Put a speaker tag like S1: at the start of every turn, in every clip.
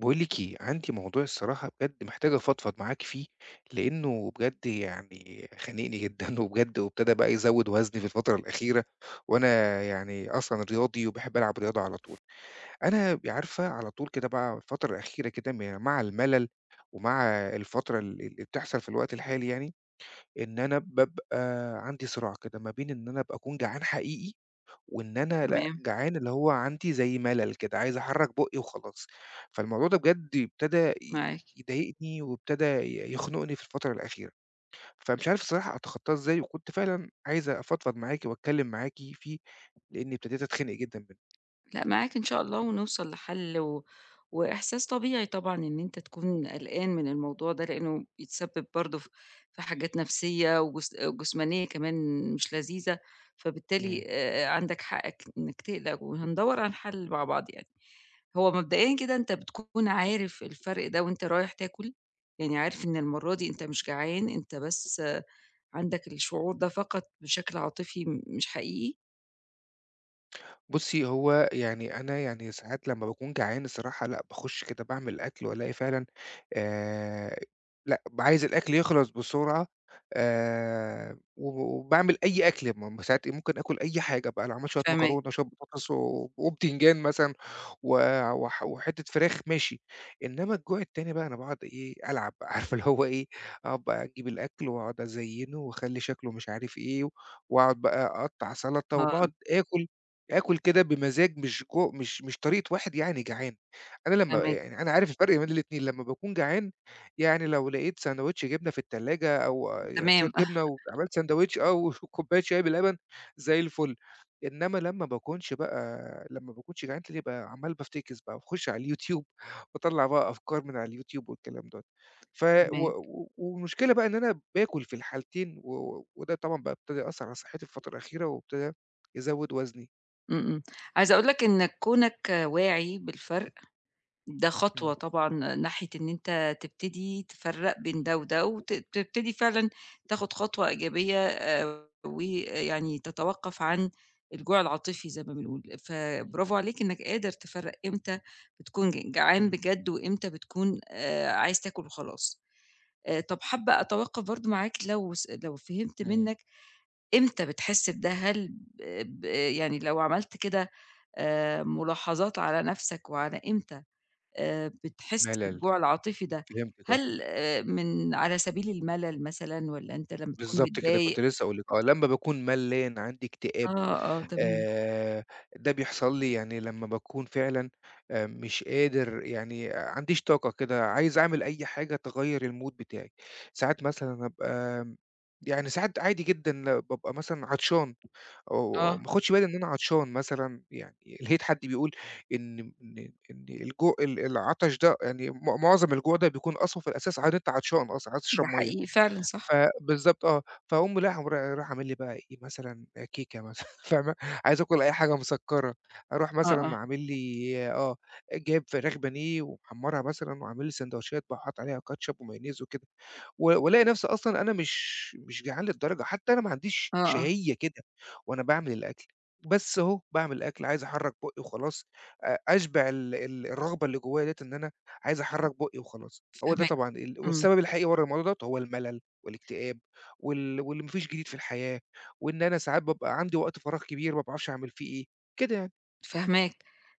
S1: باقول لِك إيه، عندي موضوع الصراحة بجد محتاج أفضفض معاكِ فيه، لإنه بجد يعني خانقني جدًا وبجد وابتدى بقى يزوّد وزني في الفترة الأخيرة، وأنا يعني أصلًا رياضي وباحب ألعب رياضة على طول. أنا عارفة على طول كده بقى الفترة الأخيرة كده مع الملل ومع الفترة اللي بتحصل في الوقت الحالي يعني، إن أنا بابقى عندي صراع كده ما بين إن أنا أبقى أكون جعان حقيقي وإن أنا لأ،
S2: تمام،
S1: جعان اللي هو عندي زي ملل كده، عايز أحرّك بُقّي وخلاص. فالموضوع ده بجد ابتدى
S2: معاك.
S1: يضايقني وابتدى يخنقني في الفترة الأخيرة. فمش عارف الصراحة أتخطّاه إزاي، وكنت فعلًا عايز أفضفض معاكِ وأتكلّم معاكِ فيه، لإنّي ابتديت أتخنق جدًا منّه.
S2: لأ، معاك إن شاء الله ونوصل لحل وإحساس طبيعي طبعًا إن أنت تكون قلقان من الموضوع ده، لإنه بيتسبب برضه في حاجات نفسية وجسمانية كمان مش لذيذة، فبالتالي
S1: إمم.
S2: عندك حقك إنك تقلق وهندوّر على الحل مع بعض يعني. هو مبدئيًا كده أنت بتكون عارف الفرق ده وأنت رايح تاكل؟ يعني عارف إن المرّة دي أنت مش جعان، أنت بس آه، عندك الشعور ده فقط بشكل عاطفي مش حقيقي؟
S1: بُصّي، هو يعني أنا يعني ساعات لمّا باكون جعان الصراحة لأ، باخُش كده باعمل أكل والاقي فعلًا آآ لأ، عايز الأكل يخلص بسرعة و وباعمل أي أكل م م ساعات ممكن آكُل أي حاجة بقى، لو عملت شوية
S2: فاهماك،
S1: مكرونة، شوية بطاطس وبتنجان مثلًا و وح وحتّة فراخ ماشي، إنّما الجوع التاني بقى أنا باقعد إيه، ألعب بقى عارفة اللي هو إيه، أقعد بقى أجيب الأكل وأقعد أزيّنه وأخلّي شكله مش عارف إيه، وأقعد بقى أقطّع سَلطة
S2: آه،
S1: وباقعد آكل كده بمزاج مش طريقة واحد يعني جعان، أنا لمّا
S2: تمام.
S1: يعني أنا عارف الفرق بين الاتنين، لمّا باكون جعان يعني لو لقيت ساندوتش جبنة في التلاجة أو يعني
S2: تمام،
S1: شوية
S2: آه
S1: جبنة وعملت ساندوتش آه، وكوباية شاي بلبن زي الفل، إنما لمّا ما باكونش جعان تلاقيني بقى عمّال بافتكس بقى وأخش على الYouTube وأطلّع بقى أفكار من على الYouTube والكلام دوّة، ف و
S2: فاهماك،
S1: و والمشكلة بقى إن أنا باكل في الحالتين وده طبعًا بقى ابتدى يأثّر على صحتي في الفترة الأخيرة وابتدى يزوّد وزني.
S2: إمم، إمم. عايزة أقول لك إنك كونك واعي بالفرق، ده خطوة
S1: إمم،
S2: طبعًا ناحية إن أنت تبتدي تفرّق بين ده وده، وت تبتدي فعلًا تاخد خطوة إيجابية ويعني تتوقف عن الجوع العاطفي زي ما بنقول،
S1: إمم،
S2: فبرافو عليك إنك قادر تفرّق إمتى بتكون جعان
S1: إمم،
S2: بجد، وإمتى بتكون عايز تاكل وخلاص. طب حابة أتوقف برضه معاك لو فهمت
S1: إمم.
S2: منك إمتى بتحس بده؟ هل ب ب يعني لو عملت كده ملاحظات على نفْسك وعلى إمتى بتحس
S1: ملل،
S2: بالجوع العاطفي ده،
S1: فهمتِك آه،
S2: هل من على سبيل الملل مثلًا والّا أنت لمّا تكون
S1: بالضبط كده
S2: متضايق؟
S1: كنت لسه هاقول لِك آه، لمّا باكون ملّان عندي اكتئاب.
S2: آه، آه، تمام،
S1: آآ، ده بيحصل لي يعني لمّا باكون فعلًا مش قادر يعني عنديش طاقة كده عايز أعمل أي حاجة تغيّر الmood بتاعي، ساعات مثلًا أبقى يعني ساعات عادي جدًا بابقى مثلًا عطشان آه،
S2: آه،
S1: وما آخُدش بالي إن أنا عطشان مثلًا، يعني لقيت حد بيقول إن إن الجوع ال العطش ده يعني معظم الجوع ده بيكون أصلًا في الأساس عاد أنت عطشان أصلًا، عايز
S2: ده
S1: تشرب مَيّة،
S2: حقيقي فعلًا صح،
S1: ف بالضبط آه، فأقوم رايح عامل لي بقى إيه، مثلًا كيكة مثلًا فاهمة، عايز آكُل أي حاجة مسكّرة، أروح
S2: آه، آه،
S1: مثلًا عامل لي آه، جايب فراخ بانيه ومحمّرها مثلًا وعامل لي سندوتشات بقى وحاطط عليها كاتشب ومايونيز وكده. والاقي نفسي أصلًا أنا مش جعان للدرجة، حتى أنا ما عنديش
S2: آه، آه،
S1: شهيّة كده وأنا باعمل الأكل، بس أهو باعمل أكل عايز أحرّك بُقّي وخلاص، أشبع ال ال الرغبة اللي جوايا ديّة إن أنا عايز أحرّك بُقّي وخلاص، هو ده
S2: فاهماك،
S1: طبعًا
S2: إمم.
S1: والسبب الحقيقي ورا الموضوع دوّة هو الملل والاكتئاب واللي ما فيش جديد في الحياة، وإن أنا ساعات بابقى عندي وقت فراغ كبير ما باعرفش أعمل فيه إيه، كده يعني.
S2: فاهماك.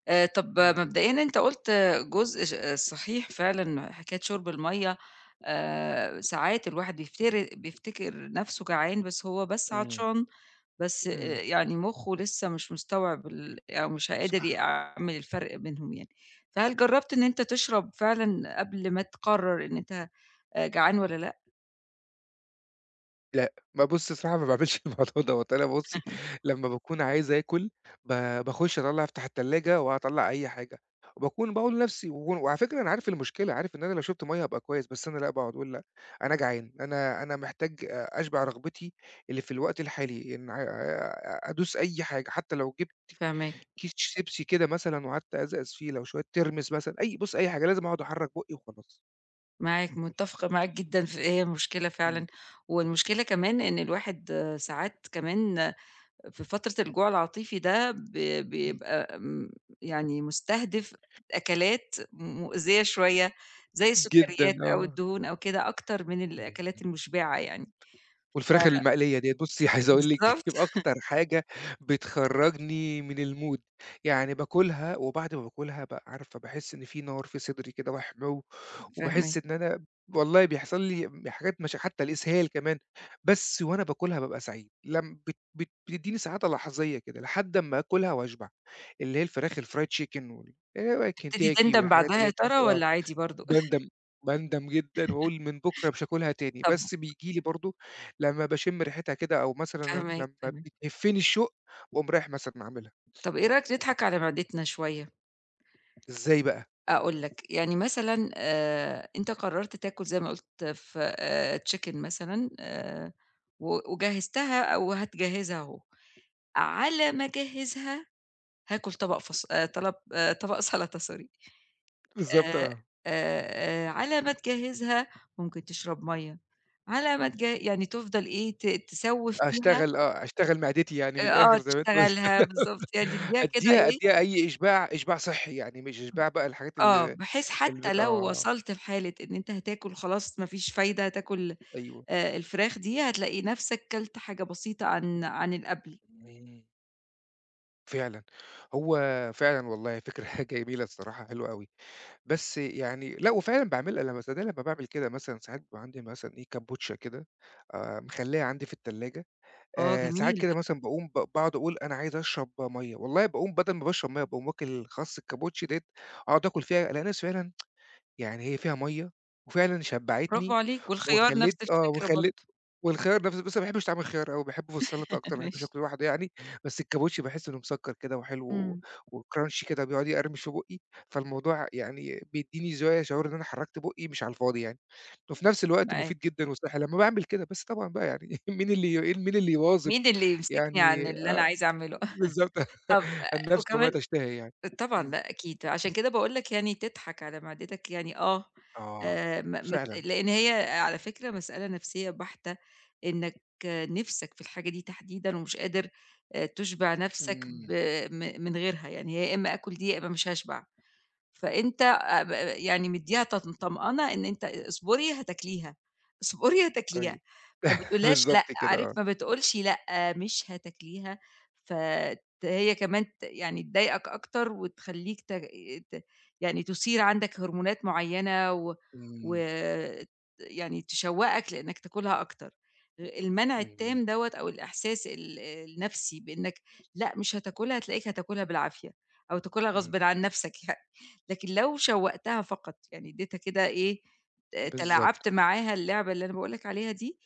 S2: طَب
S1: إمم.
S2: مبدئيًا أنت قُلت جزء ش آه، صحيح فعلًا حكاية شُرب المَيّة ساعات الواحد بيفتر بيفتكر نَفْسه جعان بس هو بس
S1: إمم،
S2: عطشان، بس
S1: إمم.
S2: يعني مُخّه لسه مش مستوعب أو مش
S1: صح.
S2: قادر يعمل الفرق بينهم يعني. فهل جرّبت إن أنت تشرب فعلًا قبل ما تقرّر إن أنت جعان والّا لأ؟
S1: لأ، ما بُصّ الصراحة ما باعملش الموضوع دوّة، أنا بُصّي لمّا باكون عايز آكل ب باخُش أفتح التلاجة وأطلّع أي حاجة، وباكون باقول لنفسي وعلى فكرة أنا عارف المشكلة، عارف إن أنا لو شُربت مَيّة هابقى كويس، بس أنا لأ، باقعد أقول لأ، أنا جعان، أنا محتاج أشبع رغبتي اللي في الوقت الحالي، إن ع أدوس أي حاجة، حتى لو جِبت
S2: فاهماك،
S1: كيس شيبسي كده مثلًا وقعدت أزقّز فيه، لو شوية ترمس مثلًا، أي حاجة، لازم أقعد أحرّك بُقّي وخلاص.
S2: معاك، متّفقة معاك جدًا في هي مشكلة
S1: إمم،
S2: فعلًا والمشكلة كمان إن الواحد آه، ساعات كمان في فترة الجوع العاطفي ده ب
S1: إمم.
S2: بيبقى يعني مستهدف أكلات مؤذية شوية، زي
S1: جدًا،
S2: السكريات أو
S1: آه.
S2: الدهون أو كده أكتر من الأكلات المُشبعة يعني. ف
S1: والفراخ المقلية ديّة بُصّي عايز أقول لِك
S2: بالضبط،
S1: أكتر حاجة بتخرّجني من الmood، يعني باكلها وبعد ما باكلها بقى عارفة باحس إن في نار في صدري كده وحموّ،
S2: فاهماك.
S1: وباحس إن أنا والله بيحصل لي حاجات مش حتى الإسهال كمان، بس وأنا باكلها بابقى سعيد، لم بت بت بتدّيني سعادة لحظية كده لحد أمّا آكلها وأشبع، اللي هي الفراخ الfried chicken وال
S2: تبتدي
S1: كنتاكي
S2: تندم
S1: والحاجات
S2: بعدها
S1: اللي
S2: يا
S1: هي
S2: ترى
S1: بتاعة
S2: والّا عادي برضه؟
S1: باندم باندم جدًا وأقول من بُكرة مش هاكلها تاني،
S2: طب
S1: بس بييجي لي برضه لمّا باشم ريحتها كده أو مثلًا
S2: فاهماك،
S1: لمّا
S2: فاهماك.
S1: بتهفني الشوق، باقوم رايح مثلًا عاملها.
S2: طب إيه رأيك نضحك على معدتنا شوية؟
S1: إزاي بقى؟
S2: أقول لك، يعني مثلًا أنت قررت تاكل زي ما قُلت ف chicken مثلًا وجهّزتها أو هتجهّزها أهو. على ما أجهّزها هاكل طبق فص طلب طبق سلطة sorry
S1: بالضبط
S2: آآ
S1: آه.
S2: على ما تجهّزها ممكن تشرب مَيّة، على ما تجه يعني تفضل إيه، تسوّي فيها
S1: أشتغل معدتي يعني
S2: آه،
S1: من
S2: آه،
S1: الآخر زي ما أنت قُلت.
S2: تشتغلها بالضبط، يعني تدّيها كده
S1: أدّيها
S2: إيه
S1: أدّيها أي إشباع، إشباع صحّي يعني مش إشباع بقى الحاجات
S2: آه،
S1: اللي
S2: بحيث
S1: اللي
S2: حتى
S1: بت
S2: لو
S1: آه،
S2: وصلت في حالة إن أنت هتاكل خلاص ما فيش فايدة، هتاكل
S1: أيوه.
S2: الفراخ دي، هتلاقي نَفْسك كلت حاجة بسيطة عن اللي قبل.
S1: إمم. فعلًا، هو فعلًا والله فكرة جميلة الصراحة، حلوة أوي. بس يعني لأ، وفعلًا باعملها لمّا لمّا باعمل كده مثلًا ساعات بيبقى عندي مثلًا إيه كابوتشا كده مخلّيها عندي في التلاجة.
S2: آه جميل
S1: ساعات
S2: ده،
S1: كده مثلًا باقوم باقعد أقول أنا عايز أشرب مَيّة، والله باقوم بدل ما باشرب مَيّة باقوم واكل خَصّ الكابوتشي ديّة أقعد آكل فيها، ألاقي نفسي فعلًا يعني هي فيها مَيّة وفعلًا
S2: برافو
S1: شبعتني
S2: عليك، والخيار نَفْس
S1: وخلّيت آه،
S2: الفكرة
S1: وخلّيت
S2: برضه.
S1: والخيار نفسه بس أنا ما باحبش طعم الخيار أوي، باحبه في السلطة أكتر، ما باحبش
S2: ماشي.
S1: آكله لوحده يعني، بس الكابوتشي باحس إنه مسكّر كده وحلو
S2: إمم،
S1: وcrunchy كده بيقعد يقرمش في بُقّي، فالموضوع يعني بيدّيني زوايا شعور إن أنا حرّكت بُقّي مش على الفاضي يعني، وفي نفس الوقت مفيد
S2: معاك.
S1: جدًا وصحّي لمّا باعمل كده، بس طبعًا بقى يعني مين اللي يواظب
S2: مين اللي يمسكني عن
S1: يعني
S2: اللي أنا
S1: آه،
S2: عايزة أعمله
S1: بالضبط.
S2: طب
S1: النفس
S2: وكمان
S1: وما تشتهي يعني،
S2: طبعًا
S1: إمم.
S2: لأ أكيد، عشان كده باقول لك يعني تضحك على معدتك يعني آه،
S1: آه،
S2: ما ما ت
S1: فعلًا،
S2: لإن هي على فكرة مسألة نفسية بحتة، إنك نِفْسك في الحاجة دي تحديدًا ومش قادر تُشبع نَفْسك ب
S1: إمم،
S2: م من غيرها، يعني هي يا إمّا آكُل دي يا إمّا مش هاشبع. فأنت ب آه، يعني مدّيها طمأنة إن أنت اصبري هتاكليها، اصبري هتاكليها،
S1: طيب.
S2: ما بتقولهاش لأ،
S1: بالضبط كده
S2: عارف
S1: آه،
S2: ما بتقولش لأ، مش هتاكليها، فت هي كمان ت يعني تضايقك أكتر وتخلّيك ت ت يعني تثير عندك هرمونات معيّنة و
S1: إمم،
S2: وت يعني تشوّقك لإنّك تاكلها أكتر. المنع
S1: إمم، إمم،
S2: التام دوّة أو الإحساس النَفْسي بإنّك لأ، مش هتاكلها، هتلاقيك هتاكلها بالعافية أو تاكلها غصبٍ
S1: إمم،
S2: عن نَفْسك يعني. لكن لو شوّقتها فقط، يعني ادّيتها كده إيه، ت
S1: بالضبط،
S2: تلاعبت معاها اللعبة اللي أنا باقول لك عليها دي،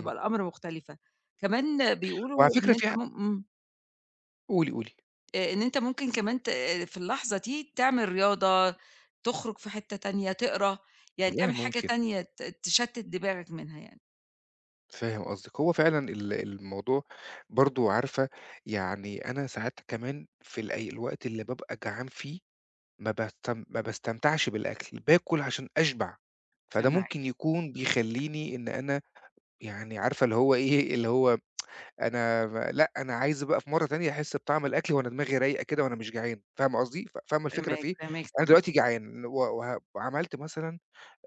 S1: إمم،
S2: الأمر مختلفة. كمان
S1: وعلى
S2: بيقولوا إن
S1: فكرة
S2: أنت مم إمم،
S1: قولي، قولي.
S2: إن أنت ممكن كمان آه، في اللحظة دي تعمل رياضة، تخرج في حتّة تانية، تقرا، يعني
S1: والله
S2: تعمل حاجة
S1: ممكن،
S2: تانية تشتِّت دماغك منها يعني.
S1: فاهم قصدِك. هو فعلًا الموضوع برضه عارفة، يعني أنا ساعات كمان في الوقت اللي بابقى جعان فيه ما باستمتعش بالأكل، باكل عشان أشبع. فده
S2: فمعاك،
S1: ممكن يكون بيخلّيني إن أنا يعني عارفة اللي هو إيه، اللي هو أنا م لأ، أنا عايز بقى في مرّة تانية أحس بطعم الأكل وأنا دماغي رايقة كده وأنا مش جعان، فاهمة قصدي؟ فاهمة الفكرة
S2: فاهماك،
S1: في إيه؟
S2: فاهماك
S1: أنا
S2: طبعًا،
S1: دلوقتي جعان و وه وعملت مثلًا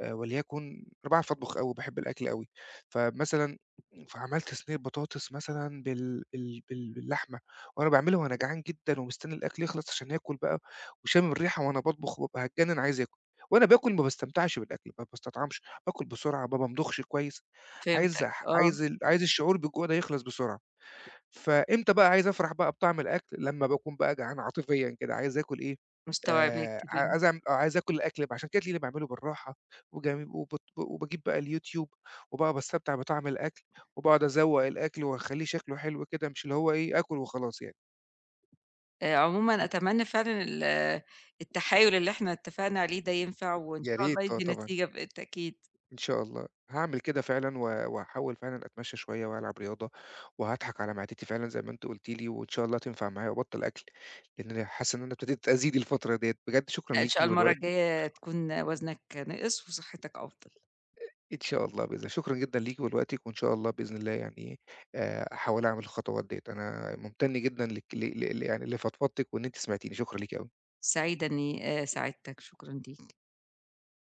S1: وليكن أنا باعرف أطبخ أوي، باحب الأكل أوي، فمثلًا فعملت صينية بطاطس مثلًا باللحمة، وأنا باعملها وأنا جعان جدًا ومستني الأكل يخلص عشان آكل بقى، وشامم الريحة وأنا باطبخ وبابقى هاتجنن عايز آكل، وأنا باكل ما باستمتعش بالأكل، ما باستطعمش، باكل بسرعة، ما بامضغش كويس، عايز
S2: فهمتك،
S1: ح
S2: آه،
S1: عايز ال عايز الشعور بالجوع ده يخلص بسرعة. فإمتى بقى عايز أفرح بقى بطعم الأكل، لمّا باكون بقى جعان عاطفيًا كده، عايز آكل إيه،
S2: مستوعباك،
S1: ع
S2: تمام.
S1: عايز أعمل آه، عايز آكل الأكل بقى، عشان كده تلاقيني باعمله بالراحة وجم وبت وباجيب بقى اليوتيوب وبقى باستمتع بطعم الأكل وباقعد أذوّق الأكل وأخلّيه شكله حلو كده، مش اللي هو إيه، آكل وخلاص يعني.
S2: عمومًا أتمنى فعلًا التحايل اللي إحنا اتفقنا عليه ده ينفع وإن
S1: يا
S2: شاء
S1: ريت،
S2: الله
S1: آه
S2: يدّي
S1: طبعًا.
S2: نتيجة بالتأكيد.
S1: إن شاء الله، هاعمل كده فعلًا وهاحاول فعلًا أتمشى شوية وألعب رياضة وهاضحك على معدتي فعلًا زي ما أنتِ قُلتِ لي وإن شاء الله تنفع معايا وأبطّل أكل، لإن أنا حاسس إن أنا ابتديت أزيد الفترة ديّة. بجد شكرًا
S2: لأ إن
S1: ليكِ
S2: شاء الله المرّة
S1: والوقت.
S2: الجاية تكون وزنك نِقِص وصحتك أفضل.
S1: إن شاء الله بإذن الله. شكرًا جدًا ليكِ ولوقتِك، وإن شاء الله بإذن الله يعني أحاول أعمل الخطوات ديّة. أنا ممتن جدًا لك ل ل ل يعني لفضفضتِك وإن أنتِ سمعتيني، شكرًا ليكِ أوي.
S2: سعيدة إني ساعدتك، شكرًا ليك.